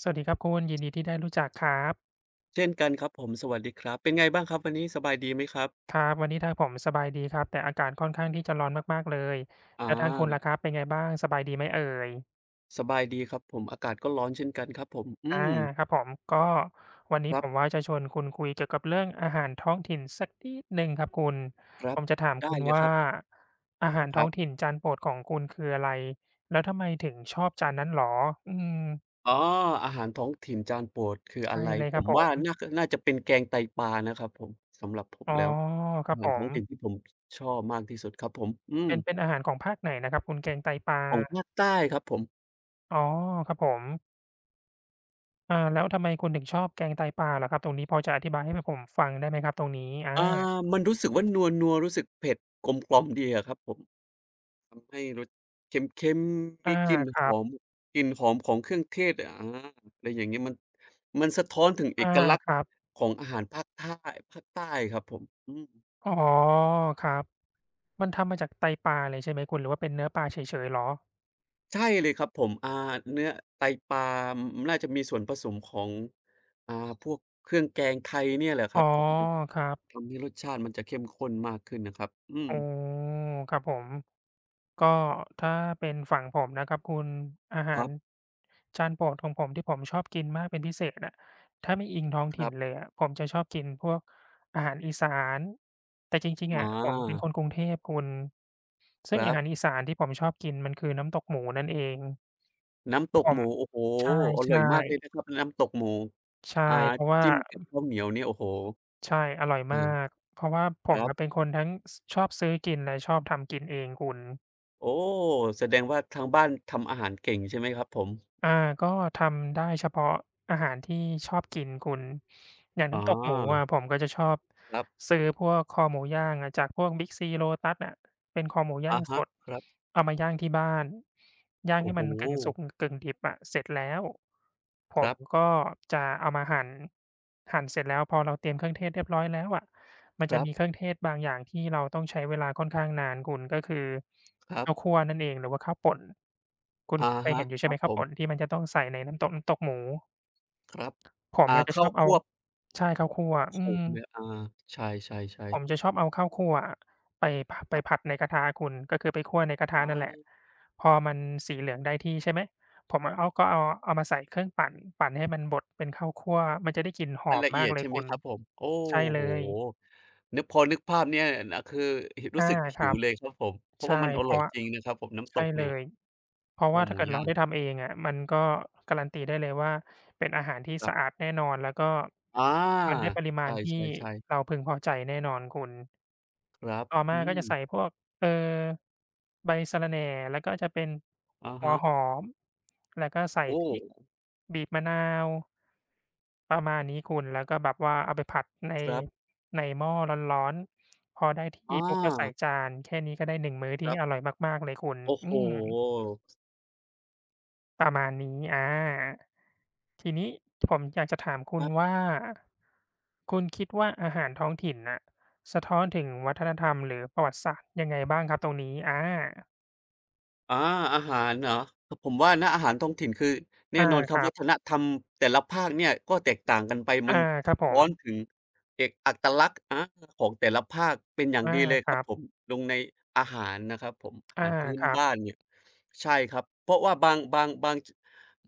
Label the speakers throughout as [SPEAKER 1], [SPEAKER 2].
[SPEAKER 1] สวัสดีครับคุณยินดีที่ได้รู้จักครับ
[SPEAKER 2] เช่นกันครับผมสวัสดีครับเป็นไงบ้างครับวันนี้สบายดีไหมครับ
[SPEAKER 1] ครับวันนี้ทางผมสบายดีครับแต่อากาศค่อนข้างที่จะร้อนมากๆเลย
[SPEAKER 2] อ
[SPEAKER 1] แล้วทางคุณ
[SPEAKER 2] า
[SPEAKER 1] ล่ะครับเป็นไงบ้างสบายดีไหมเอ่ย
[SPEAKER 2] สบายดีครับผมอากาศก็ร้อนเช่นกันครับผม
[SPEAKER 1] อาครับผมก็วันนี้ผมว่า
[SPEAKER 2] ค
[SPEAKER 1] จะชวนคุณคุยเกี่ยวกับเรื่องอาหารท้องถิ่นสักนิดหนึ่งครับคุณ
[SPEAKER 2] รั
[SPEAKER 1] ผ
[SPEAKER 2] บ
[SPEAKER 1] มจะถาม
[SPEAKER 2] ๆได้
[SPEAKER 1] คุณ
[SPEAKER 2] เลยค
[SPEAKER 1] ว่า
[SPEAKER 2] รับ
[SPEAKER 1] อาหาร
[SPEAKER 2] ค
[SPEAKER 1] ท้
[SPEAKER 2] รั
[SPEAKER 1] อง
[SPEAKER 2] บ
[SPEAKER 1] ถิ่นจานโปรดของคุณคืออะไรแล้วทำไมถึงชอบจานนั้นเหรออืม
[SPEAKER 2] อ๋ออาหารท้องถิ่นจานโปรดคืออะ
[SPEAKER 1] ใช่
[SPEAKER 2] ไร
[SPEAKER 1] เลย
[SPEAKER 2] ผ
[SPEAKER 1] ครับ
[SPEAKER 2] ม
[SPEAKER 1] ผ
[SPEAKER 2] ว่า
[SPEAKER 1] ม
[SPEAKER 2] น่าจะเป็นแกงไตปลานะครับผมสำหรับผม
[SPEAKER 1] อ๋อ
[SPEAKER 2] แล้ว
[SPEAKER 1] ค
[SPEAKER 2] อา
[SPEAKER 1] รับ
[SPEAKER 2] หา
[SPEAKER 1] ผ
[SPEAKER 2] รท้อ
[SPEAKER 1] ม
[SPEAKER 2] งถิ่นที่ผมชอบมากที่สุดครับผม
[SPEAKER 1] เป็นอาหารของภาคไหนนะครับคุณแกงไตปลา
[SPEAKER 2] ของภาคใต้ครับผม
[SPEAKER 1] อ๋อครับผม อาแล้วทำไมคุณถึงชอบแกงไตปลาเหรอครับตรงนี้พอจะอธิบายให้แบบผมฟังได้ไหมครับตรงนี้
[SPEAKER 2] อา
[SPEAKER 1] อา
[SPEAKER 2] มันรู้สึกว่านัวๆรู้สึกเผ็ดกลมกล่อมดีอะครับผม ทำให้รสเค็มๆมี
[SPEAKER 1] อา
[SPEAKER 2] กลิ่น
[SPEAKER 1] ค
[SPEAKER 2] ห
[SPEAKER 1] รับ
[SPEAKER 2] อมกลิ่นหอมของเครื่องเทศอะไรอย่างเงี้ยมันสะท้อนถึงเอ
[SPEAKER 1] อา
[SPEAKER 2] กลักษ
[SPEAKER 1] ค
[SPEAKER 2] ณ์
[SPEAKER 1] รับ
[SPEAKER 2] ของอาหารภาคใต้ภาคใต้ครับผมอืม
[SPEAKER 1] อ๋อครับมันทำมาจากไตปลาเลยใช่ไหมคุณหรือว่าเป็นเนื้อปลาเฉยๆเหรอ
[SPEAKER 2] ใช่เลยครับผมเนื้อไตปลามน่าจะมีส่วนผสมของอ่าพวกเครื่องแกงไทยเนี่ยแหละค
[SPEAKER 1] อ๋
[SPEAKER 2] รั
[SPEAKER 1] อ
[SPEAKER 2] บผม
[SPEAKER 1] ครับ
[SPEAKER 2] ทำให้รสชาติมันจะเข้มข้นมากขึ้นนะครับอืม
[SPEAKER 1] อ๋อครับผม ก็ถ้าเป็นฝั่งผมนะครับคุณอาหา
[SPEAKER 2] ครั
[SPEAKER 1] ร
[SPEAKER 2] บ
[SPEAKER 1] จานโปรดของผมที่ผมชอบกินมากเป็นพิเศษอะถ้าไม่อิงท้อง
[SPEAKER 2] ค
[SPEAKER 1] ถิ่
[SPEAKER 2] รั
[SPEAKER 1] นเล
[SPEAKER 2] บ
[SPEAKER 1] ยอะผมจะชอบกินพวกอาหารอีสานแต่จริงๆ
[SPEAKER 2] อ
[SPEAKER 1] อะผมเป็น
[SPEAKER 2] า
[SPEAKER 1] คนกรุงเทพคุณ
[SPEAKER 2] ค
[SPEAKER 1] ซึ่ง
[SPEAKER 2] รั
[SPEAKER 1] อาหารอี
[SPEAKER 2] บ
[SPEAKER 1] สานที่ผมชอบกินมันคือน้ำตกหมูนั่นเอง
[SPEAKER 2] น้ำตกหมูโอ้โฮ
[SPEAKER 1] ใช
[SPEAKER 2] อร่อย
[SPEAKER 1] ่
[SPEAKER 2] มากเลยนะค
[SPEAKER 1] ๆ
[SPEAKER 2] รับน้ำตกหมู
[SPEAKER 1] ใช่
[SPEAKER 2] อ่า
[SPEAKER 1] เพราะว่า
[SPEAKER 2] จิ้มกับข้าวเหนียวเนี่ยโอ้โฮ
[SPEAKER 1] ใช่อร่อย
[SPEAKER 2] อืม
[SPEAKER 1] มากเพราะว่าผ
[SPEAKER 2] ค
[SPEAKER 1] ม
[SPEAKER 2] รับ
[SPEAKER 1] อะเป็นคนทั้งสชอบซื้อกินและชอบทำกินเองคุณ
[SPEAKER 2] โอ้แสดงว่าทางบ้านทำอาหารเก่งใช่ไหมครับผม
[SPEAKER 1] อาก็ทำได้เฉพาะอาหารที่ชอบกินคุณอย่าง
[SPEAKER 2] อ๋อ
[SPEAKER 1] น้ำตกหมูอะผมก็จะชอบ
[SPEAKER 2] ครับ
[SPEAKER 1] ซื้อพวกคอหมูย่างอะจากพวก Big C Lotus อะเป็นคอหมูย่า
[SPEAKER 2] อะ
[SPEAKER 1] งส
[SPEAKER 2] ฮะ
[SPEAKER 1] ด
[SPEAKER 2] ครับ
[SPEAKER 1] เอามาย่างที่บ้านย่าง
[SPEAKER 2] โอ้
[SPEAKER 1] ให้
[SPEAKER 2] โฮ
[SPEAKER 1] มันกึ่งสุกกึ่งดิบอะเสร็จแล้วผ
[SPEAKER 2] ค
[SPEAKER 1] ม
[SPEAKER 2] รับ
[SPEAKER 1] ก็จะเอามาหั่นหั่นเสร็จแล้วพอเราเตรียมเครื่องเทศเรียบร้อยแล้วอะ มัน
[SPEAKER 2] ค
[SPEAKER 1] จะ
[SPEAKER 2] รั
[SPEAKER 1] มีเครื่
[SPEAKER 2] บ
[SPEAKER 1] องเทศบางอย่างที่เราต้องใช้เวลาค่อนข้างนานคุณก็คือ
[SPEAKER 2] ครับ
[SPEAKER 1] ข้าวคั่วนั่นเองหรือว่าข้าวป่นคุณ
[SPEAKER 2] อะ
[SPEAKER 1] เคย
[SPEAKER 2] ฮะ
[SPEAKER 1] เห็นอยู่
[SPEAKER 2] ค
[SPEAKER 1] ใช่
[SPEAKER 2] รั
[SPEAKER 1] ไหม
[SPEAKER 2] บผ
[SPEAKER 1] ข้าว
[SPEAKER 2] ม
[SPEAKER 1] ป่นที่มันจะต้องใส่ในน้ำตกหมู
[SPEAKER 2] ครับ
[SPEAKER 1] ผม
[SPEAKER 2] อ่า
[SPEAKER 1] อะจะช
[SPEAKER 2] ข้าว
[SPEAKER 1] อบเอา
[SPEAKER 2] คั่ว
[SPEAKER 1] ใช่ข้าวคั่ว
[SPEAKER 2] โข
[SPEAKER 1] อืม
[SPEAKER 2] มเนี่ยใช่
[SPEAKER 1] ผ
[SPEAKER 2] ๆๆ
[SPEAKER 1] มจะชอบเอาข้าวคั่วอะไปพ
[SPEAKER 2] ค
[SPEAKER 1] ไป
[SPEAKER 2] รั
[SPEAKER 1] ผัด
[SPEAKER 2] บ
[SPEAKER 1] ในกระทะคุณก็คือไปคั่วในกระทะนั่นแหละ
[SPEAKER 2] อา
[SPEAKER 1] พอมันสีเหลืองได้ที่ใช่ไหมผมอะเอามาใส่เครื่องปั่นปั่นให้มันบดเป็นข้าวคั่วมันจะได้กลิ่นห
[SPEAKER 2] มั
[SPEAKER 1] อ
[SPEAKER 2] น
[SPEAKER 1] ม
[SPEAKER 2] ละเอี
[SPEAKER 1] มา
[SPEAKER 2] ย
[SPEAKER 1] ก
[SPEAKER 2] ด
[SPEAKER 1] เลย
[SPEAKER 2] ใช่ไหม
[SPEAKER 1] คุณ
[SPEAKER 2] ครับผม โอ้
[SPEAKER 1] ใช่
[SPEAKER 2] โฮ
[SPEAKER 1] เลย
[SPEAKER 2] นึกพอนึกภาพเนี่ยนคือรู้
[SPEAKER 1] อา
[SPEAKER 2] สึก
[SPEAKER 1] ค
[SPEAKER 2] หิ
[SPEAKER 1] รั
[SPEAKER 2] ว
[SPEAKER 1] บ
[SPEAKER 2] เลยครับผม เพราะ
[SPEAKER 1] ใช่
[SPEAKER 2] ว่ามันอ
[SPEAKER 1] เพ
[SPEAKER 2] ร่อย
[SPEAKER 1] ราะว่า
[SPEAKER 2] จริงนะครับผมน้ำต
[SPEAKER 1] ใช่
[SPEAKER 2] ก
[SPEAKER 1] เล
[SPEAKER 2] เนี่ย
[SPEAKER 1] ยเพราะ
[SPEAKER 2] คอ
[SPEAKER 1] ว่า
[SPEAKER 2] ห
[SPEAKER 1] ถ้า
[SPEAKER 2] มู
[SPEAKER 1] เกิด
[SPEAKER 2] ย่า
[SPEAKER 1] เรา
[SPEAKER 2] ง
[SPEAKER 1] ได้ทำเองอะมันก็การันตีได้เลยว่าเป็นอาหารที่
[SPEAKER 2] ครั
[SPEAKER 1] สะอา
[SPEAKER 2] บ
[SPEAKER 1] ดแน่นอนแล้วก็
[SPEAKER 2] อ
[SPEAKER 1] มันได้
[SPEAKER 2] า
[SPEAKER 1] ปริ
[SPEAKER 2] ใ
[SPEAKER 1] มาณที่
[SPEAKER 2] ช่ๆ
[SPEAKER 1] เรา
[SPEAKER 2] ๆ
[SPEAKER 1] พึงพอใจแน่นอนคุณ
[SPEAKER 2] ครับ
[SPEAKER 1] ต่อ
[SPEAKER 2] อื
[SPEAKER 1] มาก็
[SPEAKER 2] ม
[SPEAKER 1] จะใส่พวกเอ่อใบสะระแหน่แล้วก็จะเป็น
[SPEAKER 2] อะ
[SPEAKER 1] หัว
[SPEAKER 2] ฮะ
[SPEAKER 1] หอมแล้วก็ใส่
[SPEAKER 2] โอ้
[SPEAKER 1] พริกบีบมะนาวประมาณนี้คุณแล้วก็แบบว่าเอาไปผัดใน
[SPEAKER 2] ครับ
[SPEAKER 1] ในหม้อร้อนๆพอได้ที่
[SPEAKER 2] อา
[SPEAKER 1] ปุ๊บก็ใส่จานแค่นี้ก็ได้หนึ่งมื้อ
[SPEAKER 2] ค
[SPEAKER 1] ที่
[SPEAKER 2] รั
[SPEAKER 1] อร่อ
[SPEAKER 2] บ
[SPEAKER 1] ยมากๆเลยคุณ
[SPEAKER 2] โอ้โฮ
[SPEAKER 1] อืม
[SPEAKER 2] ค
[SPEAKER 1] ประมาณนี้อาทีนี้ผมอยากจะถามคุณ
[SPEAKER 2] รับ
[SPEAKER 1] ว่า คุณคิดว่าอาหารท้องถิ่นน่ะสะท้อนถึงวัฒนธรรมหรือประวัติศาสตร์ยังไงบ้างครับตรงนี้อา
[SPEAKER 2] อาอาหารเหรอผมว่านะอาหารท้องถิ่นคือแน่
[SPEAKER 1] อา
[SPEAKER 2] นอนค
[SPEAKER 1] ค
[SPEAKER 2] รับ
[SPEAKER 1] รั
[SPEAKER 2] วัฒน
[SPEAKER 1] บ
[SPEAKER 2] ธรรมแต่ละภาคเนี่ยก็แตกต่างกันไปมั
[SPEAKER 1] อา
[SPEAKER 2] น
[SPEAKER 1] ครับ
[SPEAKER 2] สะ
[SPEAKER 1] ผ
[SPEAKER 2] ท้
[SPEAKER 1] ม
[SPEAKER 2] อนถึงเอกอัตลักษณ์ของแต่ละภาคเป็นอย่าง
[SPEAKER 1] อา
[SPEAKER 2] ดีเลย
[SPEAKER 1] ค
[SPEAKER 2] ครับ
[SPEAKER 1] รับ
[SPEAKER 2] ผมลงในอาหารนะครับผมอา
[SPEAKER 1] อา
[SPEAKER 2] หารพื้น
[SPEAKER 1] ครับ
[SPEAKER 2] บ้านเนี่ยใช่ครับเพราะว่า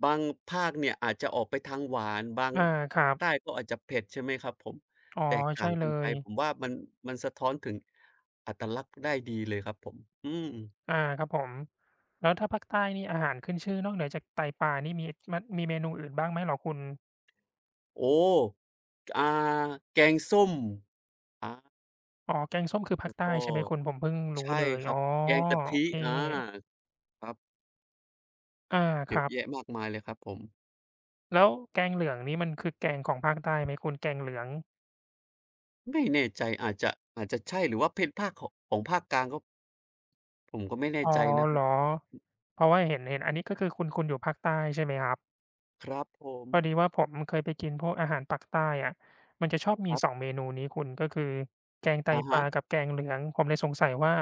[SPEAKER 2] บางภาคเนี่ยอาจจะออกไปทางหวานบาง
[SPEAKER 1] อาครับ
[SPEAKER 2] ใต้ก็อาจจะเผ็ดใช่ไหมครับผม
[SPEAKER 1] อ๋อ
[SPEAKER 2] แตกต่า
[SPEAKER 1] ใช่
[SPEAKER 2] งกั
[SPEAKER 1] เล
[SPEAKER 2] นไป
[SPEAKER 1] ย
[SPEAKER 2] ผมว่ามันมันสะท้อนถึงอัตลักษณ์ได้ดีเลยครับผมอืม
[SPEAKER 1] อาครับผมแล้วถ้าภาคใต้นี่อาหารขึ้นชื่อนอกเหนือจากไตปลานี่มีมมีเมนูอื่นบ้างไหมเหรอคุณ
[SPEAKER 2] โอ้อ่าแกงส้มอา
[SPEAKER 1] อ๋อแกงส้มคือภา
[SPEAKER 2] แล้
[SPEAKER 1] ค
[SPEAKER 2] ว
[SPEAKER 1] ใต้
[SPEAKER 2] ก็
[SPEAKER 1] ใช่ไหมคุณผมเพิ่งรู้
[SPEAKER 2] ใช่
[SPEAKER 1] เลย
[SPEAKER 2] ครั
[SPEAKER 1] อ๋
[SPEAKER 2] บ
[SPEAKER 1] อ
[SPEAKER 2] แกงกะ
[SPEAKER 1] โอ
[SPEAKER 2] ทิ
[SPEAKER 1] เค
[SPEAKER 2] ครับ
[SPEAKER 1] อาค
[SPEAKER 2] เยอะ
[SPEAKER 1] รั
[SPEAKER 2] แยะ
[SPEAKER 1] บ
[SPEAKER 2] มากมายเลยครับผม
[SPEAKER 1] แล้วแกงเหลืองนี่มันคือแกงของภาคใต้ไหมคุณแกงเหลือง
[SPEAKER 2] ไม่แน่ใจอาจจะใช่หรือว่าเป็นภาคขของภาคกลางก็ผมก็ไม่แน่
[SPEAKER 1] อ๋อ
[SPEAKER 2] ใจนะค
[SPEAKER 1] เหร
[SPEAKER 2] รับ
[SPEAKER 1] อเพราะว่าเห็นอันนี้ก็คือคุณอยู่ภาคใต้ใช่ไหมครับ
[SPEAKER 2] ครับผม
[SPEAKER 1] พอดีว่าผมเคยไปกินพวกอาหารปากใต้อะมันจะชอบ
[SPEAKER 2] ค
[SPEAKER 1] มี
[SPEAKER 2] รับ
[SPEAKER 1] 2เมนูนี้คุณก็คือแกงไต
[SPEAKER 2] อะ
[SPEAKER 1] ป
[SPEAKER 2] ฮะ
[SPEAKER 1] ลากับแกงเหลืองผมเลยสงสัยว่า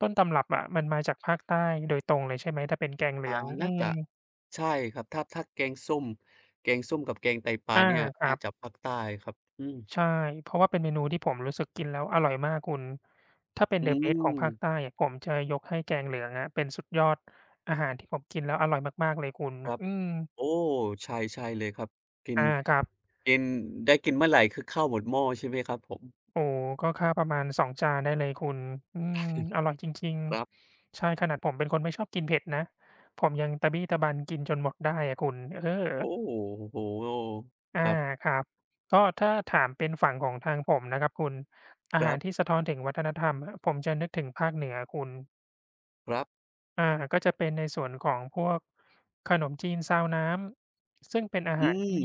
[SPEAKER 1] ต้นตำรับอะมันมาจากภาคใต้โดยตรงเลยใช่ไหมถ้าเป็นแกงเหลื
[SPEAKER 2] อ่า
[SPEAKER 1] องอื
[SPEAKER 2] น่า
[SPEAKER 1] ม
[SPEAKER 2] จะใช่ครับ ถ้าแกงส้มแกงส้มกับแกงไตปลา
[SPEAKER 1] อา
[SPEAKER 2] เนี่ย
[SPEAKER 1] ครั
[SPEAKER 2] น่า
[SPEAKER 1] บ
[SPEAKER 2] จะภาคใต้ครับ อืม
[SPEAKER 1] ใช่ เพราะว่าเป็นเมนูที่ผมรู้สึกกินแล้วอร่อยมากคุณ ถ้าเป็น
[SPEAKER 2] อื
[SPEAKER 1] the best ของ
[SPEAKER 2] ม
[SPEAKER 1] ภาคใต้อะผมจะยกให้แกงเหลืองอะเป็นสุดยอดอาหารที่ผมกินแล้วอร่อยมากๆเลยคุณ
[SPEAKER 2] ครับ
[SPEAKER 1] อืม
[SPEAKER 2] โอ้ใช่ใช่เลยครับกิน
[SPEAKER 1] อาครับ
[SPEAKER 2] กินได้กินเมื่อไหรคือข้าวหมดหม้อใช่ไหมครับผม
[SPEAKER 1] โอ้โฮก็ข้าวประมาณ2จานได้เลยคุณอืมอร่อยจริง
[SPEAKER 2] ครับ
[SPEAKER 1] ๆ ใช่ขนาดผมเป็นคนไม่ชอบกินเผ็ดนะ ผมยังตะบี้ตะบันกินจนหมดได้อะคุณเออ
[SPEAKER 2] โอ้โฮค
[SPEAKER 1] อา
[SPEAKER 2] รับ
[SPEAKER 1] ครับ ก็ถ้าถามเป็นฝั่งของทางผมนะครับคุณ
[SPEAKER 2] ค
[SPEAKER 1] อาหาร
[SPEAKER 2] ร
[SPEAKER 1] ที่สะท้อนถึงวัฒนธรรมอะผมจะนึกถึงภาคเหนือคุณ
[SPEAKER 2] ับๆ
[SPEAKER 1] อาก็จะเป็นในส่วนของพวกขนมจีนซาวน้ำซึ่งเป็นอา
[SPEAKER 2] อื
[SPEAKER 1] หารที่
[SPEAKER 2] ม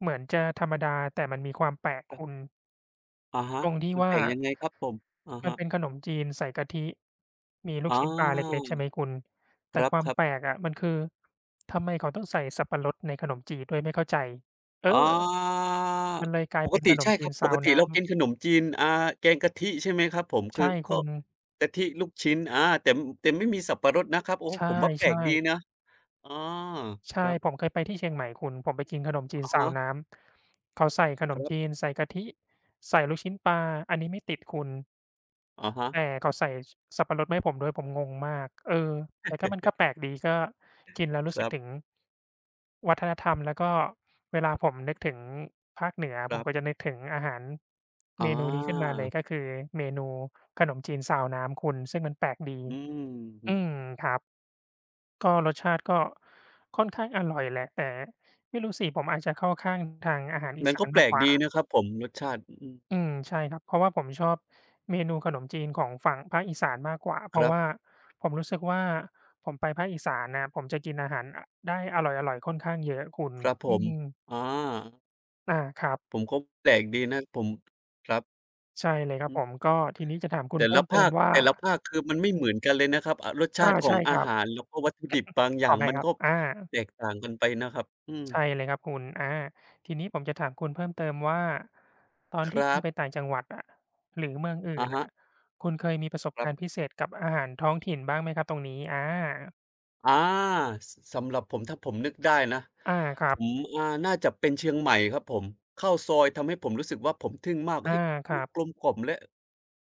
[SPEAKER 1] เหมือนจะธรรมดาแต่มันมีความแปลก
[SPEAKER 2] ครั
[SPEAKER 1] คุณ
[SPEAKER 2] บอะฮะ
[SPEAKER 1] ตรงที่
[SPEAKER 2] มันแต
[SPEAKER 1] ว่า
[SPEAKER 2] กยังไงครับผมอะ
[SPEAKER 1] มัน
[SPEAKER 2] ฮะ
[SPEAKER 1] เป็นขนมจีนใส่กะทิมีลู
[SPEAKER 2] อ
[SPEAKER 1] กชิ้นปลาเล็ก
[SPEAKER 2] า
[SPEAKER 1] ๆใช่ไหมคุณแต่ควา
[SPEAKER 2] ค
[SPEAKER 1] ม
[SPEAKER 2] รับ
[SPEAKER 1] แปลกอะมันคือทำไมเขาต้องใส่สับปะรดในขนมจีนด้วยไม่เข้าใจเอ
[SPEAKER 2] ๆ
[SPEAKER 1] อมันเลยกลา
[SPEAKER 2] ป
[SPEAKER 1] ย
[SPEAKER 2] ก
[SPEAKER 1] เป็นข
[SPEAKER 2] ติ
[SPEAKER 1] นม
[SPEAKER 2] ใช่ค
[SPEAKER 1] จี
[SPEAKER 2] รั
[SPEAKER 1] น
[SPEAKER 2] บป
[SPEAKER 1] ซา
[SPEAKER 2] ก
[SPEAKER 1] ว
[SPEAKER 2] ติ
[SPEAKER 1] น้
[SPEAKER 2] เรากินขนมจีนแกงกะทิใช่ไหมครับผม
[SPEAKER 1] ำ
[SPEAKER 2] คือ
[SPEAKER 1] ใช่
[SPEAKER 2] ก็
[SPEAKER 1] คุณ
[SPEAKER 2] กะทิลูกชิ้นแต่แต่ไม่มีสับปะรดนะครับโอ้
[SPEAKER 1] ใช่
[SPEAKER 2] ผมว่าแปลกดีนะ
[SPEAKER 1] ๆ
[SPEAKER 2] อาค
[SPEAKER 1] ใช่
[SPEAKER 2] รับ
[SPEAKER 1] ผมเคยไปที่เชียงใหม่คุณผมไปกินขนมจีน
[SPEAKER 2] อะ
[SPEAKER 1] ซา
[SPEAKER 2] ฮะ
[SPEAKER 1] วน้ำเขาใส่ขน
[SPEAKER 2] ค
[SPEAKER 1] ม
[SPEAKER 2] รั
[SPEAKER 1] จี
[SPEAKER 2] บ
[SPEAKER 1] นใส่กะทิใส่ลูกชิ้นปลาอันนี้ไม่ติดคุณ
[SPEAKER 2] อะฮะ
[SPEAKER 1] แต่เขาใส่สสับปะรดมาให้ผมด้วยผมงงมากเออแต่ก็มันก็แปลกดีก็กินแล้ว
[SPEAKER 2] ค
[SPEAKER 1] รู้สึ
[SPEAKER 2] รั
[SPEAKER 1] กถึง
[SPEAKER 2] บ
[SPEAKER 1] วัฒนธรรมแล้วก็เวลาผมนึกถึงภาคเหนือ
[SPEAKER 2] ค
[SPEAKER 1] ผ
[SPEAKER 2] รั
[SPEAKER 1] มก็จะ
[SPEAKER 2] บ
[SPEAKER 1] นึกถึงอาหาร
[SPEAKER 2] อ
[SPEAKER 1] เมนูนี้ขึ้นมาเลยก็
[SPEAKER 2] า
[SPEAKER 1] คือเมนูขนมจีนซาวน้ำคุณซึ่งมันแปลกดี
[SPEAKER 2] อืมอื
[SPEAKER 1] อืม
[SPEAKER 2] อ
[SPEAKER 1] ครับ ก็รสชาติก็ค่อนข้างอร่อยแหละแต่ไม่รู้สิผมอาจจะเข้าข้างทางอาหารอี
[SPEAKER 2] มัน
[SPEAKER 1] สา
[SPEAKER 2] ก็
[SPEAKER 1] น
[SPEAKER 2] แปล
[SPEAKER 1] มาก
[SPEAKER 2] ก
[SPEAKER 1] ก
[SPEAKER 2] ดี
[SPEAKER 1] ว่า
[SPEAKER 2] นะครับผมรสชาติอืม
[SPEAKER 1] อืมใช่ครับเพราะว่าผมชอบเมนูขนมจีนของฝั่งภาคอีสานมากกว่าเพ
[SPEAKER 2] ค
[SPEAKER 1] ราะ
[SPEAKER 2] รับ
[SPEAKER 1] ว่าผมรู้สึกว่าผมไปภาคอีสานน่ะผมจะกินอาหารอได้อร่อยๆค่อนข้างเยอะคุณ
[SPEAKER 2] ครับผ
[SPEAKER 1] อื
[SPEAKER 2] ม
[SPEAKER 1] ม
[SPEAKER 2] อา
[SPEAKER 1] ครับ
[SPEAKER 2] ผมก็แปลกดีนะผมครับ
[SPEAKER 1] ใช่เลยครั
[SPEAKER 2] อื
[SPEAKER 1] บ
[SPEAKER 2] อ
[SPEAKER 1] ผมก็ทีนี้จะถามคุณ
[SPEAKER 2] แต่
[SPEAKER 1] เพิ่
[SPEAKER 2] ละ
[SPEAKER 1] มเติ
[SPEAKER 2] ภา
[SPEAKER 1] ม
[SPEAKER 2] ค
[SPEAKER 1] ว่า
[SPEAKER 2] แต่ละภาคคือมันไม่เหมือนกันเลยนะครับอรสชาติของ
[SPEAKER 1] ใช่ค
[SPEAKER 2] อา
[SPEAKER 1] รับ
[SPEAKER 2] หารแล้วก็วัตถุดิบบางอ
[SPEAKER 1] ข
[SPEAKER 2] ย่า
[SPEAKER 1] อ
[SPEAKER 2] ง
[SPEAKER 1] อภั
[SPEAKER 2] มั
[SPEAKER 1] ย
[SPEAKER 2] น
[SPEAKER 1] ครับ
[SPEAKER 2] ก็แตกต่างกันไปนะครับอืม
[SPEAKER 1] ใช่เลยครับคุณทีนี้ผมจะถามคุณเพิ่มเติมว่าตอน
[SPEAKER 2] ค
[SPEAKER 1] ที่
[SPEAKER 2] รั
[SPEAKER 1] คุณ
[SPEAKER 2] บ
[SPEAKER 1] ไปต่างจังหวัดอะหรือเมืองอื่
[SPEAKER 2] อะ
[SPEAKER 1] น
[SPEAKER 2] ฮะ
[SPEAKER 1] อะคุณเคยมีประสบ
[SPEAKER 2] ครั
[SPEAKER 1] การณ์พิ
[SPEAKER 2] บ
[SPEAKER 1] เศษกับอาหารท้องถิ่นบ้างไหมครับตรงนี้
[SPEAKER 2] อาสสำหรับผมถ้าผมนึกได้นะ
[SPEAKER 1] อาค
[SPEAKER 2] ผ
[SPEAKER 1] รับ
[SPEAKER 2] มน่าจะเป็นเชียงใหม่ครับผมข้าวซอยทำให้ผมรู้สึกว่าผมทึ่งมาก
[SPEAKER 1] อา
[SPEAKER 2] เฮ้ย
[SPEAKER 1] ค
[SPEAKER 2] มัน
[SPEAKER 1] รับ
[SPEAKER 2] กลมกล่อมและ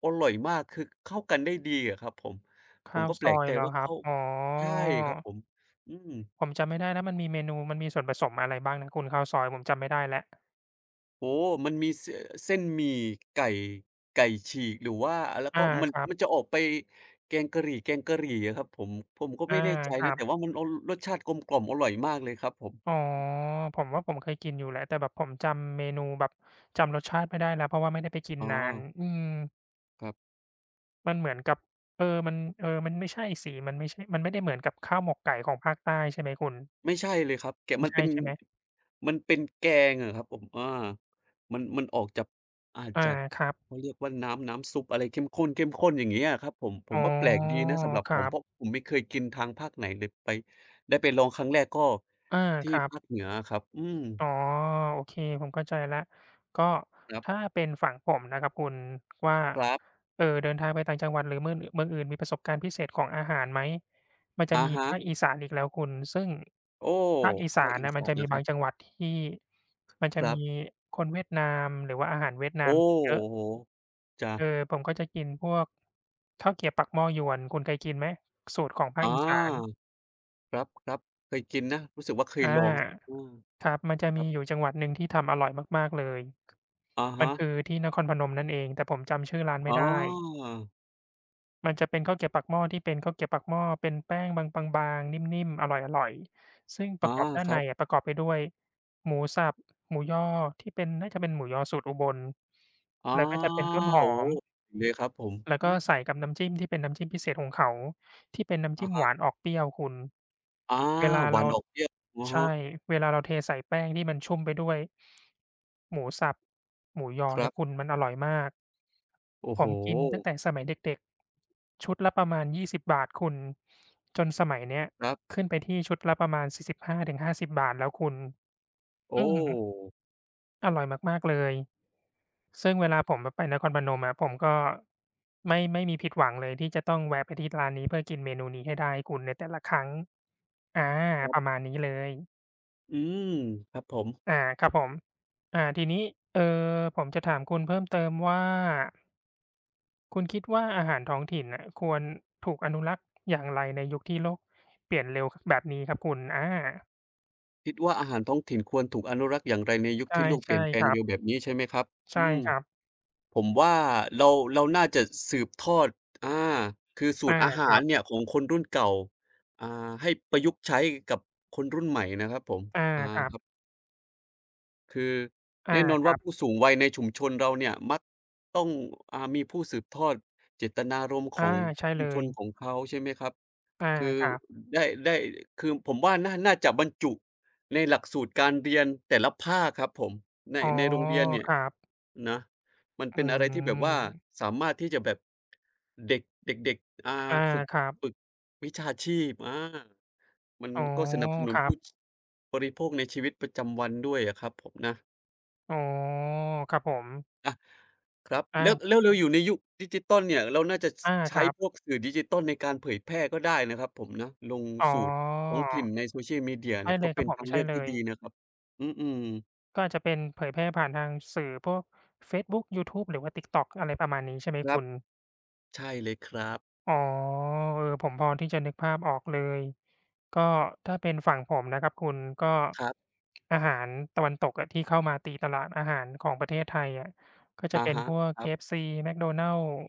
[SPEAKER 2] อร่อยมากคือเข้ากันได้ดีอะครับผมผม
[SPEAKER 1] ข้าว
[SPEAKER 2] ก็แป
[SPEAKER 1] ซ
[SPEAKER 2] ล
[SPEAKER 1] อ
[SPEAKER 2] ก
[SPEAKER 1] ย
[SPEAKER 2] ใจ
[SPEAKER 1] เหรอ
[SPEAKER 2] ว่า
[SPEAKER 1] ครับ
[SPEAKER 2] เข้า
[SPEAKER 1] อ๋
[SPEAKER 2] ใช่
[SPEAKER 1] อ
[SPEAKER 2] ครับผมอืม
[SPEAKER 1] ผมจำไม่ได้แล้วมันมีเมนูมันมีส่วนผสมอะไรบ้างนะคุณข้าวซอยผมจำไม่ได้แล้ว
[SPEAKER 2] โอ้โฮมันมีเส้นหมี่ไก่ไก่ฉีกหรือว่าแล้ว
[SPEAKER 1] อา
[SPEAKER 2] ก็มัน
[SPEAKER 1] ครั
[SPEAKER 2] มัน
[SPEAKER 1] บ
[SPEAKER 2] จะออกไปแกงกะหรี่อะครับผมผมก็
[SPEAKER 1] อา
[SPEAKER 2] ไม่แน่ใจ
[SPEAKER 1] ครั
[SPEAKER 2] นะแต่
[SPEAKER 1] บ
[SPEAKER 2] ว่ามันอรสชาติกลมกล่อมอร่อยมากเลยครับผม
[SPEAKER 1] อ๋อผมว่าผมเคยกินอยู่แหละแต่แบบผมจำเมนูแบบจำรสชาติไม่ได้แล้วเพราะว่าไม่ได้ไปกิน
[SPEAKER 2] อ๋อ
[SPEAKER 1] นานอืม
[SPEAKER 2] ครับ
[SPEAKER 1] มันเหมือนกับเออมันเออมันไม่ใช่สิมันไม่ใช่มันไม่ได้เหมือนกับข้าวหมกไก่ของภาคใต้ใช่ไหมคุณ
[SPEAKER 2] ไม่ใช่เลยครับแกะ
[SPEAKER 1] ไม่
[SPEAKER 2] มัน
[SPEAKER 1] ใช่
[SPEAKER 2] เป็น
[SPEAKER 1] ใช่ไหม
[SPEAKER 2] มันเป็นแกงครับผมมันมันออกจากอาจ
[SPEAKER 1] อา
[SPEAKER 2] จะ
[SPEAKER 1] ครับ
[SPEAKER 2] เขาเรียกว่าน้ำน้ำซุปอะไรเข้มข้นเข้มข้นอย่างเงี้ยอะครับผมผ
[SPEAKER 1] อ๋
[SPEAKER 2] มว่าแปลก
[SPEAKER 1] อ
[SPEAKER 2] ดีนะสำหรับ
[SPEAKER 1] ค
[SPEAKER 2] ผ
[SPEAKER 1] รั
[SPEAKER 2] มเพราะ
[SPEAKER 1] บ
[SPEAKER 2] ผมไม่เคยกินทางภาคไหนเลยไปได้ไปลองครั้งแรกก็
[SPEAKER 1] อา
[SPEAKER 2] ที่
[SPEAKER 1] ครั
[SPEAKER 2] ภาค
[SPEAKER 1] บ
[SPEAKER 2] เหนืออะครับอืม
[SPEAKER 1] อ๋อโอเคผมเข้าใจแล้วก็
[SPEAKER 2] ครั
[SPEAKER 1] ถ้า
[SPEAKER 2] บ
[SPEAKER 1] เป็นฝั่งผมนะครับคุณว่า
[SPEAKER 2] ครับ
[SPEAKER 1] เดินทางไปต่างจังหวัดหรือเมืองอื่นมีประสบการณ์พิเศษของอาหารไหมมันจะ
[SPEAKER 2] อะ
[SPEAKER 1] มี
[SPEAKER 2] ฮะ
[SPEAKER 1] ภาคอีสานอีกแล้วคุณซึ่ง
[SPEAKER 2] โอ้
[SPEAKER 1] ภาคอีสา
[SPEAKER 2] ภาค
[SPEAKER 1] น
[SPEAKER 2] อี
[SPEAKER 1] น่ะมั
[SPEAKER 2] สา
[SPEAKER 1] น
[SPEAKER 2] น
[SPEAKER 1] จะมี
[SPEAKER 2] นะครั
[SPEAKER 1] บา
[SPEAKER 2] บ
[SPEAKER 1] งจังหวัดที่มัน
[SPEAKER 2] ค
[SPEAKER 1] จะ
[SPEAKER 2] รั
[SPEAKER 1] มี
[SPEAKER 2] บ
[SPEAKER 1] คนเวียดนามหรือว่าอาหารเวียดนาม
[SPEAKER 2] โอ้
[SPEAKER 1] เยอะ
[SPEAKER 2] โฮจ้ะ
[SPEAKER 1] เออผมก็จะกินพวกข้าวเกรี๊ยวปากหม้อยวนคุณเคยกินไหมสูตรของภา
[SPEAKER 2] อ
[SPEAKER 1] คอีสาน
[SPEAKER 2] าครับๆเคยกินนะรู้สึกว่าเคย
[SPEAKER 1] อ
[SPEAKER 2] ลองอื
[SPEAKER 1] า
[SPEAKER 2] ม
[SPEAKER 1] ครับมันจะ
[SPEAKER 2] ครั
[SPEAKER 1] มี
[SPEAKER 2] บ
[SPEAKER 1] อยู่จังหวัดหนึ่งที่ทำอร่อยมากๆเลย
[SPEAKER 2] อะ
[SPEAKER 1] มัน
[SPEAKER 2] ฮะ
[SPEAKER 1] คือที่นครพนมนั่นเองแต่ผมจำชื่อร้านไม่
[SPEAKER 2] อ๋อ
[SPEAKER 1] ได้มันจะเป็นข้าวเกรี๊ยวปากหม้อที่เป็นข้าวเกรี๊ยวปากหม้อเป็นแป้งบางๆนิ่มๆอร่อยๆซึ่งป
[SPEAKER 2] อ๋อ
[SPEAKER 1] ระกอบด้า
[SPEAKER 2] ค
[SPEAKER 1] น
[SPEAKER 2] รั
[SPEAKER 1] ในอะ
[SPEAKER 2] บ
[SPEAKER 1] ประกอบไปด้วยหมูสับหมูยอที่เป็นน่าจะเป็นหมูยอสูตรอุบล
[SPEAKER 2] อ๋อ
[SPEAKER 1] แล้วก็จะเป็นต้นหอ
[SPEAKER 2] โอ้โฮ
[SPEAKER 1] ม
[SPEAKER 2] เลยครับผม
[SPEAKER 1] แล้ว
[SPEAKER 2] อื
[SPEAKER 1] ก็
[SPEAKER 2] ม
[SPEAKER 1] ใส่กับน้ำจิ้มที่เป็นน้ำจิ้มพิเศษของเขาที่เป็นน้ำ
[SPEAKER 2] อะ
[SPEAKER 1] จิ้มห
[SPEAKER 2] ฮะ
[SPEAKER 1] วานออกเปรี้ยวคุณ
[SPEAKER 2] อา
[SPEAKER 1] เวลา
[SPEAKER 2] หวาน
[SPEAKER 1] เรา
[SPEAKER 2] ออกเปรี้ยวอะฮะ
[SPEAKER 1] ใช่เวลาเราเทใส่แป้งที่มันชุ่มไปด้วยหมูสับหมูยอ
[SPEAKER 2] ครั
[SPEAKER 1] นะ
[SPEAKER 2] บ
[SPEAKER 1] คุณมันอร่อยมาก
[SPEAKER 2] โอ้
[SPEAKER 1] ผ
[SPEAKER 2] โฮ
[SPEAKER 1] มกินตั้งแต่สมัยเด็กๆชุดละประมาณ20บบาทคุณจนสมัยเนี้ย
[SPEAKER 2] ครับ
[SPEAKER 1] ขึ้นไปที่ชุดละประมาณ45-50บห้าถึงห้าสิบบาทแล้วคุณอื
[SPEAKER 2] โอ้
[SPEAKER 1] มอร่อยมากๆเลย ซึ่งเวลาผมไปนครพนมอะผมก็ไม่มีผิดหวังเลยที่จะต้องแวะไปที่ร้านนี้เพื่อกินเมนูนี้ให้ได้คุณในแต่ละครั้งอา
[SPEAKER 2] ครั
[SPEAKER 1] ประ
[SPEAKER 2] บ
[SPEAKER 1] มาณนี้เลย
[SPEAKER 2] อืมครับผม
[SPEAKER 1] อาครับผมทีนี้เอ่อผมจะถามคุณเพิ่มเติมว่าคุณคิดว่าอาหารท้องถิ่นน่ะควรถูกอนุรักษ์อย่างไรในยุคที่โลกเปลี่ยนเร็วคแบบนี้ครับคุณ
[SPEAKER 2] คิดว่าอาหารท้องถิ่นควรถูกอนุรักษ์อย่างไรในยุค
[SPEAKER 1] ใช่
[SPEAKER 2] ที่โลกเป
[SPEAKER 1] ใช่
[SPEAKER 2] ลี่ยนแปล
[SPEAKER 1] ค
[SPEAKER 2] ง
[SPEAKER 1] รั
[SPEAKER 2] เร็วแบ
[SPEAKER 1] บ
[SPEAKER 2] บนี้ใช่ไหมครับ
[SPEAKER 1] ใช่
[SPEAKER 2] อืม
[SPEAKER 1] ครับ
[SPEAKER 2] ผมว่าเราเราน่าจะสืบทอดอาคือสู
[SPEAKER 1] อา
[SPEAKER 2] ตรอา
[SPEAKER 1] ค
[SPEAKER 2] หา
[SPEAKER 1] รั
[SPEAKER 2] ร
[SPEAKER 1] บ
[SPEAKER 2] เนี่ยของคนรุ่นเก่า อ่าให้ประยุกต์ใช้กับคนรุ่นใหม่นะครับผม
[SPEAKER 1] อา
[SPEAKER 2] อา
[SPEAKER 1] ครั
[SPEAKER 2] ค
[SPEAKER 1] บ
[SPEAKER 2] รับ คือ
[SPEAKER 1] อา
[SPEAKER 2] แน่นอน
[SPEAKER 1] ครั
[SPEAKER 2] ว่าผู้
[SPEAKER 1] บ
[SPEAKER 2] สูงวัยในชุมชนเราเนี่ยมักต้องมีผู้สืบทอดเจตนารมณ์ข
[SPEAKER 1] อา
[SPEAKER 2] อง
[SPEAKER 1] ใช่
[SPEAKER 2] ชุม
[SPEAKER 1] เล
[SPEAKER 2] ช
[SPEAKER 1] ย
[SPEAKER 2] นของเขาใช่ไหมครับ
[SPEAKER 1] อา
[SPEAKER 2] คือ
[SPEAKER 1] ครับ
[SPEAKER 2] ได้คือผมว่าน่าจะบรรจุในหลักสูตรการเรียนแต่ละภาคครับผมใน
[SPEAKER 1] อ๋อ
[SPEAKER 2] ในโรงเรียนเนี่ย
[SPEAKER 1] ครับ
[SPEAKER 2] นะมัน
[SPEAKER 1] อื
[SPEAKER 2] เป็นอะไรที่แบบว่า
[SPEAKER 1] ม
[SPEAKER 2] สามารถที่จะแบบเด็กเด็กๆ
[SPEAKER 1] อา
[SPEAKER 2] ฝึก
[SPEAKER 1] ครับ
[SPEAKER 2] ฝึกวิชาชีพอามัน
[SPEAKER 1] อ๋อ
[SPEAKER 2] ก็สนับสนุ
[SPEAKER 1] ค
[SPEAKER 2] น
[SPEAKER 1] รับ
[SPEAKER 2] ผู้ชบริโภคในชีวิตประจำวันด้วยอะครับผมนะ
[SPEAKER 1] อ๋อครับผม
[SPEAKER 2] อะครับแล้ว
[SPEAKER 1] อา
[SPEAKER 2] แล้วเราอยู่ในยุคดิจิทัลเนี่ยเราน่าจะช
[SPEAKER 1] ค
[SPEAKER 2] ใช้
[SPEAKER 1] รับ
[SPEAKER 2] พวกสื่อดิจิทัลในการเผยแพร่ก็ได้นะครับผมนะลง
[SPEAKER 1] อ๋อ
[SPEAKER 2] สูตรท้องถิ่นใน Social Media
[SPEAKER 1] ใช่
[SPEAKER 2] เนี่ย
[SPEAKER 1] เล
[SPEAKER 2] ก็
[SPEAKER 1] ยครั
[SPEAKER 2] เป็
[SPEAKER 1] บ
[SPEAKER 2] น
[SPEAKER 1] ผม
[SPEAKER 2] ทางเลื
[SPEAKER 1] ใช่
[SPEAKER 2] อก
[SPEAKER 1] เล
[SPEAKER 2] ที่
[SPEAKER 1] ย
[SPEAKER 2] ดีนะครับอืมๆ
[SPEAKER 1] ก็อาจจะเป็นเผยแพร่ผ่านทางสื่อพวกเฟซบุ๊กยูทูบหรือว่า TikTok อะไรประมาณนี้ใช่ไหม
[SPEAKER 2] ครับ
[SPEAKER 1] คุณ
[SPEAKER 2] ใช่เลยครับ
[SPEAKER 1] อ๋อเออผมพอที่จะนึกภาพออกเลยก็ถ้าเป็นฝั่งผมนะครับคุณก็
[SPEAKER 2] ครับ
[SPEAKER 1] อาหารตะวันตกอะที่เข้ามาตีตลาดอาหารของประเทศไทยอะก็จะ
[SPEAKER 2] อะ
[SPEAKER 1] เป็น
[SPEAKER 2] ฮะ
[SPEAKER 1] พวก
[SPEAKER 2] ค
[SPEAKER 1] KFC McDonald's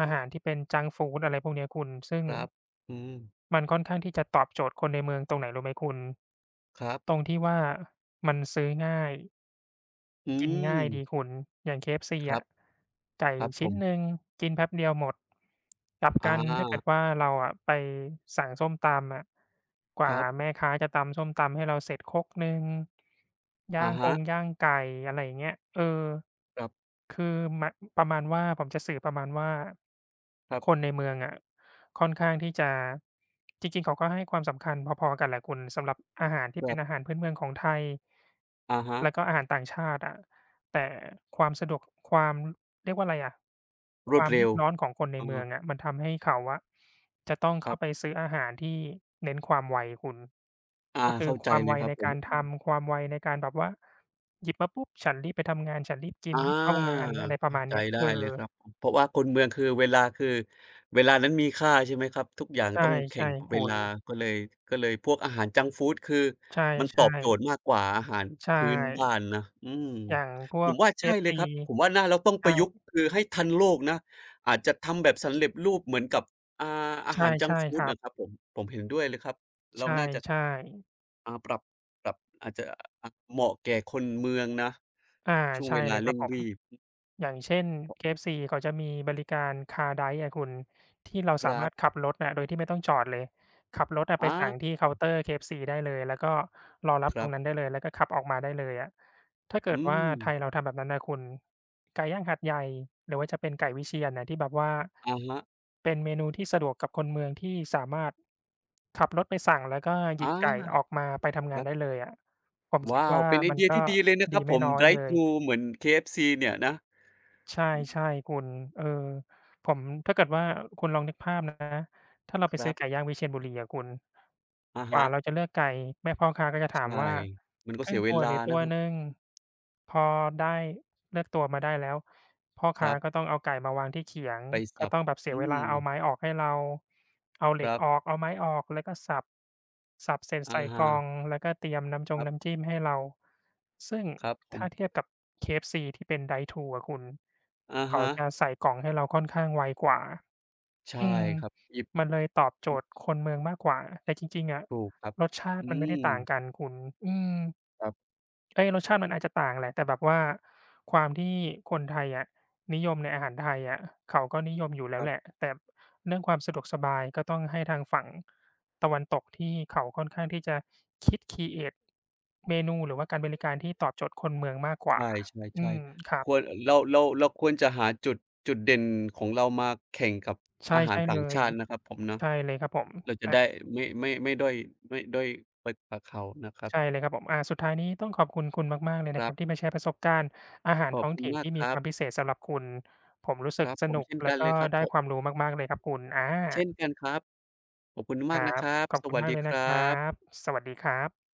[SPEAKER 1] อาหารที่เป็นจังก์ฟูดอะไรพวกเนี้ยคุณซึ่ง
[SPEAKER 2] รับๆอืม
[SPEAKER 1] มันค่อนข้างที่จะตอบโจทย์คนในเมืองตรงไหนรู้ไหมคุณ
[SPEAKER 2] ครับ
[SPEAKER 1] ตรงที่ว่ามันซื้อง่าย
[SPEAKER 2] อื
[SPEAKER 1] กินง่ายดี
[SPEAKER 2] ม
[SPEAKER 1] คุณอย่าง KFC
[SPEAKER 2] ครับ
[SPEAKER 1] อะไก่
[SPEAKER 2] ครับผ
[SPEAKER 1] ชิ้นห
[SPEAKER 2] ม
[SPEAKER 1] นึ่งกินแป๊บเดียวหมดกลับ
[SPEAKER 2] อา
[SPEAKER 1] กันถ้าเกิดว่าเราอะไปสั่งส้มตำอะก
[SPEAKER 2] ค
[SPEAKER 1] ว่า
[SPEAKER 2] รับ
[SPEAKER 1] แม่ค้าจะตำส้มตำให้เราเสร็จครกหนึ่งย่า
[SPEAKER 2] อะ
[SPEAKER 1] งก
[SPEAKER 2] ฮะ
[SPEAKER 1] งย่างไก่อะไรอย่างเงี้ยเออ
[SPEAKER 2] คร
[SPEAKER 1] คือมะประมาณว่าผมจะสื่อประมาณว่า
[SPEAKER 2] ับ
[SPEAKER 1] คน
[SPEAKER 2] ๆๆ
[SPEAKER 1] ในเมืองอะค่อนข้างที่จะจริงๆเขาก็ให้ความสำคัญพอๆกันแหละคุณสำหรับอาหารที่เป็นอาหารพื้นเมืองของไทย
[SPEAKER 2] อะฮะ
[SPEAKER 1] แล้วก็อาหารต่างชาติอะแต่ความสะดวกความ เรียกว่าอะไรอะ
[SPEAKER 2] ร
[SPEAKER 1] ค
[SPEAKER 2] วด
[SPEAKER 1] วาม
[SPEAKER 2] เร็
[SPEAKER 1] รี
[SPEAKER 2] ว
[SPEAKER 1] บร้อนของคนใน
[SPEAKER 2] เอ
[SPEAKER 1] เมื
[SPEAKER 2] อ
[SPEAKER 1] องอะมันทำให้เขาอะจะต้อง
[SPEAKER 2] ครั
[SPEAKER 1] เข้าไป
[SPEAKER 2] บ
[SPEAKER 1] ซื้ออาหารที่เน้นความไวคุณ
[SPEAKER 2] อา
[SPEAKER 1] ก็คือ
[SPEAKER 2] เข้า
[SPEAKER 1] ค
[SPEAKER 2] ใจ
[SPEAKER 1] วาม
[SPEAKER 2] เล
[SPEAKER 1] ไว
[SPEAKER 2] ยครับ
[SPEAKER 1] ใน
[SPEAKER 2] ผม
[SPEAKER 1] การทำความไวในการแบบว่าหยิบมาปุ๊บฉันรีบไปทำงานฉันรีบกิน
[SPEAKER 2] อ
[SPEAKER 1] รีบเข้างา
[SPEAKER 2] า
[SPEAKER 1] นอะไรประ
[SPEAKER 2] เข้า
[SPEAKER 1] มาณ
[SPEAKER 2] ใจ
[SPEAKER 1] เนี้ย
[SPEAKER 2] ได้
[SPEAKER 1] เออ
[SPEAKER 2] เลยครับผมเพราะว่าคนเมืองคือเวลาคือเวลานั้นมีค่าใช่ไหมครับทุกอย่าง
[SPEAKER 1] ใช่
[SPEAKER 2] ต้องแข่
[SPEAKER 1] ใช่
[SPEAKER 2] งกับเว
[SPEAKER 1] คุณ
[SPEAKER 2] ลาก็เลยก็เลยพวกอาหารจังก์ฟูดคือ
[SPEAKER 1] ใช
[SPEAKER 2] มันตอบโจ
[SPEAKER 1] ่
[SPEAKER 2] ทย์มากกว่าอาหาร
[SPEAKER 1] ๆใช่
[SPEAKER 2] พื้นบ้านนะอืม
[SPEAKER 1] อย่างพ
[SPEAKER 2] ผ
[SPEAKER 1] วก
[SPEAKER 2] มว่าใช่เลย
[SPEAKER 1] KFC
[SPEAKER 2] ครับผมว่าน่าเราต้องประยุกต์
[SPEAKER 1] ใช่
[SPEAKER 2] คือให้ทันโลกนะอาจจะทำแบบสำเร็จรูปเหมือนกับอ่าอา
[SPEAKER 1] ใช่
[SPEAKER 2] หารจัง
[SPEAKER 1] ใช่
[SPEAKER 2] ก์ฟู
[SPEAKER 1] ค
[SPEAKER 2] ด
[SPEAKER 1] รับ
[SPEAKER 2] นะครับผมผมเห็นด้วยเลยครับเรา
[SPEAKER 1] ใช
[SPEAKER 2] น่าจะ
[SPEAKER 1] ่ๆ
[SPEAKER 2] อ่าปรับอาจจะอะเหมาะแก่คนเมืองนะ
[SPEAKER 1] อา
[SPEAKER 2] ช่วง
[SPEAKER 1] ใช่
[SPEAKER 2] เวลา
[SPEAKER 1] เลยครั
[SPEAKER 2] เร่
[SPEAKER 1] บ
[SPEAKER 2] ง
[SPEAKER 1] ผม
[SPEAKER 2] รีบ
[SPEAKER 1] อย่างเช่น k ซีเขาจะมีบริการ Car Drive อะคุณที่เรา
[SPEAKER 2] ค
[SPEAKER 1] สา
[SPEAKER 2] รั
[SPEAKER 1] มา
[SPEAKER 2] บ
[SPEAKER 1] รถขับรถน่ะโดยที่ไม่ต้องจอดเลยขับรถอะ
[SPEAKER 2] อ
[SPEAKER 1] ไปสั่งที่
[SPEAKER 2] า
[SPEAKER 1] เคาน์เตอร์ KFC ได้เลยแล้วก็รอรับ
[SPEAKER 2] ค
[SPEAKER 1] ตร
[SPEAKER 2] รั
[SPEAKER 1] งนั้น
[SPEAKER 2] บ
[SPEAKER 1] ได้เลยแล้วก็ขับออกมาได้เลยอะถ้าเกิด
[SPEAKER 2] อื
[SPEAKER 1] ว่าไทย
[SPEAKER 2] ม
[SPEAKER 1] เราทำแบบนั้นน่ะคุณไก่ย่างหัดใหญ่หรือว่าจะเป็นไก่วิเชียรน่ะที่แบบว่า
[SPEAKER 2] อะฮะ
[SPEAKER 1] เป็นเมนูที่สะดวกกับคนเมืองที่สามารถขับรถไปสั่งแล้วก็ห
[SPEAKER 2] อ
[SPEAKER 1] ยิบไก่
[SPEAKER 2] า
[SPEAKER 1] ออกมาไปทำ
[SPEAKER 2] ค
[SPEAKER 1] งาน
[SPEAKER 2] รั
[SPEAKER 1] ได้
[SPEAKER 2] บ
[SPEAKER 1] เลยอะผมคิด
[SPEAKER 2] ว้าว
[SPEAKER 1] ว่า
[SPEAKER 2] เป็นไอ
[SPEAKER 1] มัน
[SPEAKER 2] เดีย
[SPEAKER 1] ก็
[SPEAKER 2] ที่ดีเลยนะค
[SPEAKER 1] ดี
[SPEAKER 2] รับผ
[SPEAKER 1] ไม่
[SPEAKER 2] ม
[SPEAKER 1] น้อย
[SPEAKER 2] drive
[SPEAKER 1] เลย
[SPEAKER 2] t h เหมือนเคเอฟซีเนี่ยนะ
[SPEAKER 1] ใช่ๆคุณเออผมถ้าเกิดว่าคุณลองนึกภาพนะถ้าเรา
[SPEAKER 2] ค
[SPEAKER 1] ไป
[SPEAKER 2] รั
[SPEAKER 1] ซื้อ
[SPEAKER 2] บ
[SPEAKER 1] ไก่ย่างวิเชียรบุรีอะคุณ
[SPEAKER 2] อะ
[SPEAKER 1] ก
[SPEAKER 2] ฮะ
[SPEAKER 1] ว่าเราจะเลือกไก่แม่พ่อค้าก็จะถาม
[SPEAKER 2] ใช่
[SPEAKER 1] ว่า
[SPEAKER 2] มันก็
[SPEAKER 1] ครึ่
[SPEAKER 2] เสี
[SPEAKER 1] ง
[SPEAKER 2] ยเว
[SPEAKER 1] ตัว
[SPEAKER 2] ลา
[SPEAKER 1] หรือตั
[SPEAKER 2] นะ
[SPEAKER 1] ว
[SPEAKER 2] ครั
[SPEAKER 1] ห
[SPEAKER 2] บ
[SPEAKER 1] นึ่งพอได้เลือกตัวมาได้แล้ว พ่อ
[SPEAKER 2] ค
[SPEAKER 1] ค้า
[SPEAKER 2] รับ
[SPEAKER 1] ก็ต้องเอาไก่มาวางที่เขียง
[SPEAKER 2] ไป
[SPEAKER 1] ก็
[SPEAKER 2] สับ
[SPEAKER 1] ต้องแบบเสีย
[SPEAKER 2] อื
[SPEAKER 1] เวลา
[SPEAKER 2] ม
[SPEAKER 1] เอาไม้ออกให้เราเอาเห
[SPEAKER 2] ค
[SPEAKER 1] ล็ก
[SPEAKER 2] รั
[SPEAKER 1] ออก
[SPEAKER 2] บ
[SPEAKER 1] เอาไม้ออก แล้วก็สับ สับเสร็จ
[SPEAKER 2] อะ
[SPEAKER 1] ใส่กล่อง
[SPEAKER 2] ฮะ
[SPEAKER 1] แล้วก็เตรียมน้ำจ
[SPEAKER 2] ค
[SPEAKER 1] ง
[SPEAKER 2] รั
[SPEAKER 1] น้ำ
[SPEAKER 2] บ
[SPEAKER 1] จิ้มให้เรา ซึ่ง
[SPEAKER 2] ครับผม
[SPEAKER 1] ถ้าเทียบกับ KFC ที่เป็น drive thru อะคุณ
[SPEAKER 2] อะ
[SPEAKER 1] เขา
[SPEAKER 2] ฮะ
[SPEAKER 1] จะใส่กล่องให้เราค่อนข้างไวกว่า
[SPEAKER 2] ใช่
[SPEAKER 1] อืม
[SPEAKER 2] ครับหยิบ
[SPEAKER 1] มันเลยตอบโจ
[SPEAKER 2] อ
[SPEAKER 1] ทย์คนเมืองมากกว่าแต่จริงๆอะ
[SPEAKER 2] ถูกครับ
[SPEAKER 1] รสชาติ
[SPEAKER 2] อื
[SPEAKER 1] มันไม่ได้
[SPEAKER 2] ม
[SPEAKER 1] ต่างกันคุณอืม
[SPEAKER 2] ครับ
[SPEAKER 1] เอ๊ยรสชาติมันอาจจะต่างแหละแต่แบบว่าความที่คนไทยอะนิยมในอาหารไทยอะเขาก็นิยมอยู่
[SPEAKER 2] ค
[SPEAKER 1] แล้ว
[SPEAKER 2] รั
[SPEAKER 1] แหละ
[SPEAKER 2] บ
[SPEAKER 1] แต่เรื่องความสะดวกสบายก็ต้องให้ทางฝั่งตะวันตกที่เขาค่อนข้างที่จะคิดครีเอตเมนูหรือว่าการบริการที่ตอบโจทย์คนเมืองมากก
[SPEAKER 2] ใ
[SPEAKER 1] ว่าอื
[SPEAKER 2] ช่
[SPEAKER 1] ม
[SPEAKER 2] ๆ
[SPEAKER 1] ค
[SPEAKER 2] ๆ
[SPEAKER 1] รั
[SPEAKER 2] ค
[SPEAKER 1] บ
[SPEAKER 2] วรเราควรจะหาจุดจุดเด่นของเรามาแข่งกับ
[SPEAKER 1] ใช่
[SPEAKER 2] อาหาร
[SPEAKER 1] ใช่
[SPEAKER 2] ต่า
[SPEAKER 1] เล
[SPEAKER 2] ง
[SPEAKER 1] ย
[SPEAKER 2] ชาตินะครับผมเนาะ
[SPEAKER 1] ใช่เลยครับผม
[SPEAKER 2] เราจะ
[SPEAKER 1] อา
[SPEAKER 2] ได้ไม่ด้อยไม่ด้อยไปกว่าเขานะครับ
[SPEAKER 1] ใช่เลยครับผมสุดท้ายนี้ต้องขอบคุณคุณมากๆเลย
[SPEAKER 2] ค
[SPEAKER 1] นะค
[SPEAKER 2] รั
[SPEAKER 1] รับที่
[SPEAKER 2] บ
[SPEAKER 1] มาแชร์ประสบการณ์อาหา
[SPEAKER 2] ข
[SPEAKER 1] ร
[SPEAKER 2] อบ
[SPEAKER 1] ท้อง
[SPEAKER 2] คุณ
[SPEAKER 1] ถิ่น
[SPEAKER 2] มาก
[SPEAKER 1] ที่
[SPEAKER 2] ค
[SPEAKER 1] มี
[SPEAKER 2] รั
[SPEAKER 1] ค
[SPEAKER 2] บ
[SPEAKER 1] วามพิเศษสำหรับคุณ ผมรู้
[SPEAKER 2] ค
[SPEAKER 1] สึก
[SPEAKER 2] รับ
[SPEAKER 1] ส
[SPEAKER 2] ผม
[SPEAKER 1] นุก
[SPEAKER 2] เช่น
[SPEAKER 1] แล้
[SPEAKER 2] กั
[SPEAKER 1] ว
[SPEAKER 2] น
[SPEAKER 1] ก็
[SPEAKER 2] เลยครับ
[SPEAKER 1] ได้
[SPEAKER 2] ผม
[SPEAKER 1] ความรู้มากๆเลยครับคุณอา
[SPEAKER 2] เช่นกันครับขอบคุณ
[SPEAKER 1] ค
[SPEAKER 2] มาก
[SPEAKER 1] รั
[SPEAKER 2] นะค
[SPEAKER 1] บ
[SPEAKER 2] รับ
[SPEAKER 1] ขอบ
[SPEAKER 2] ส
[SPEAKER 1] คุณ
[SPEAKER 2] วัส
[SPEAKER 1] มาก
[SPEAKER 2] ดี
[SPEAKER 1] เลย
[SPEAKER 2] ค
[SPEAKER 1] นะค
[SPEAKER 2] รั
[SPEAKER 1] รั
[SPEAKER 2] บ
[SPEAKER 1] บ สวัสดีครับ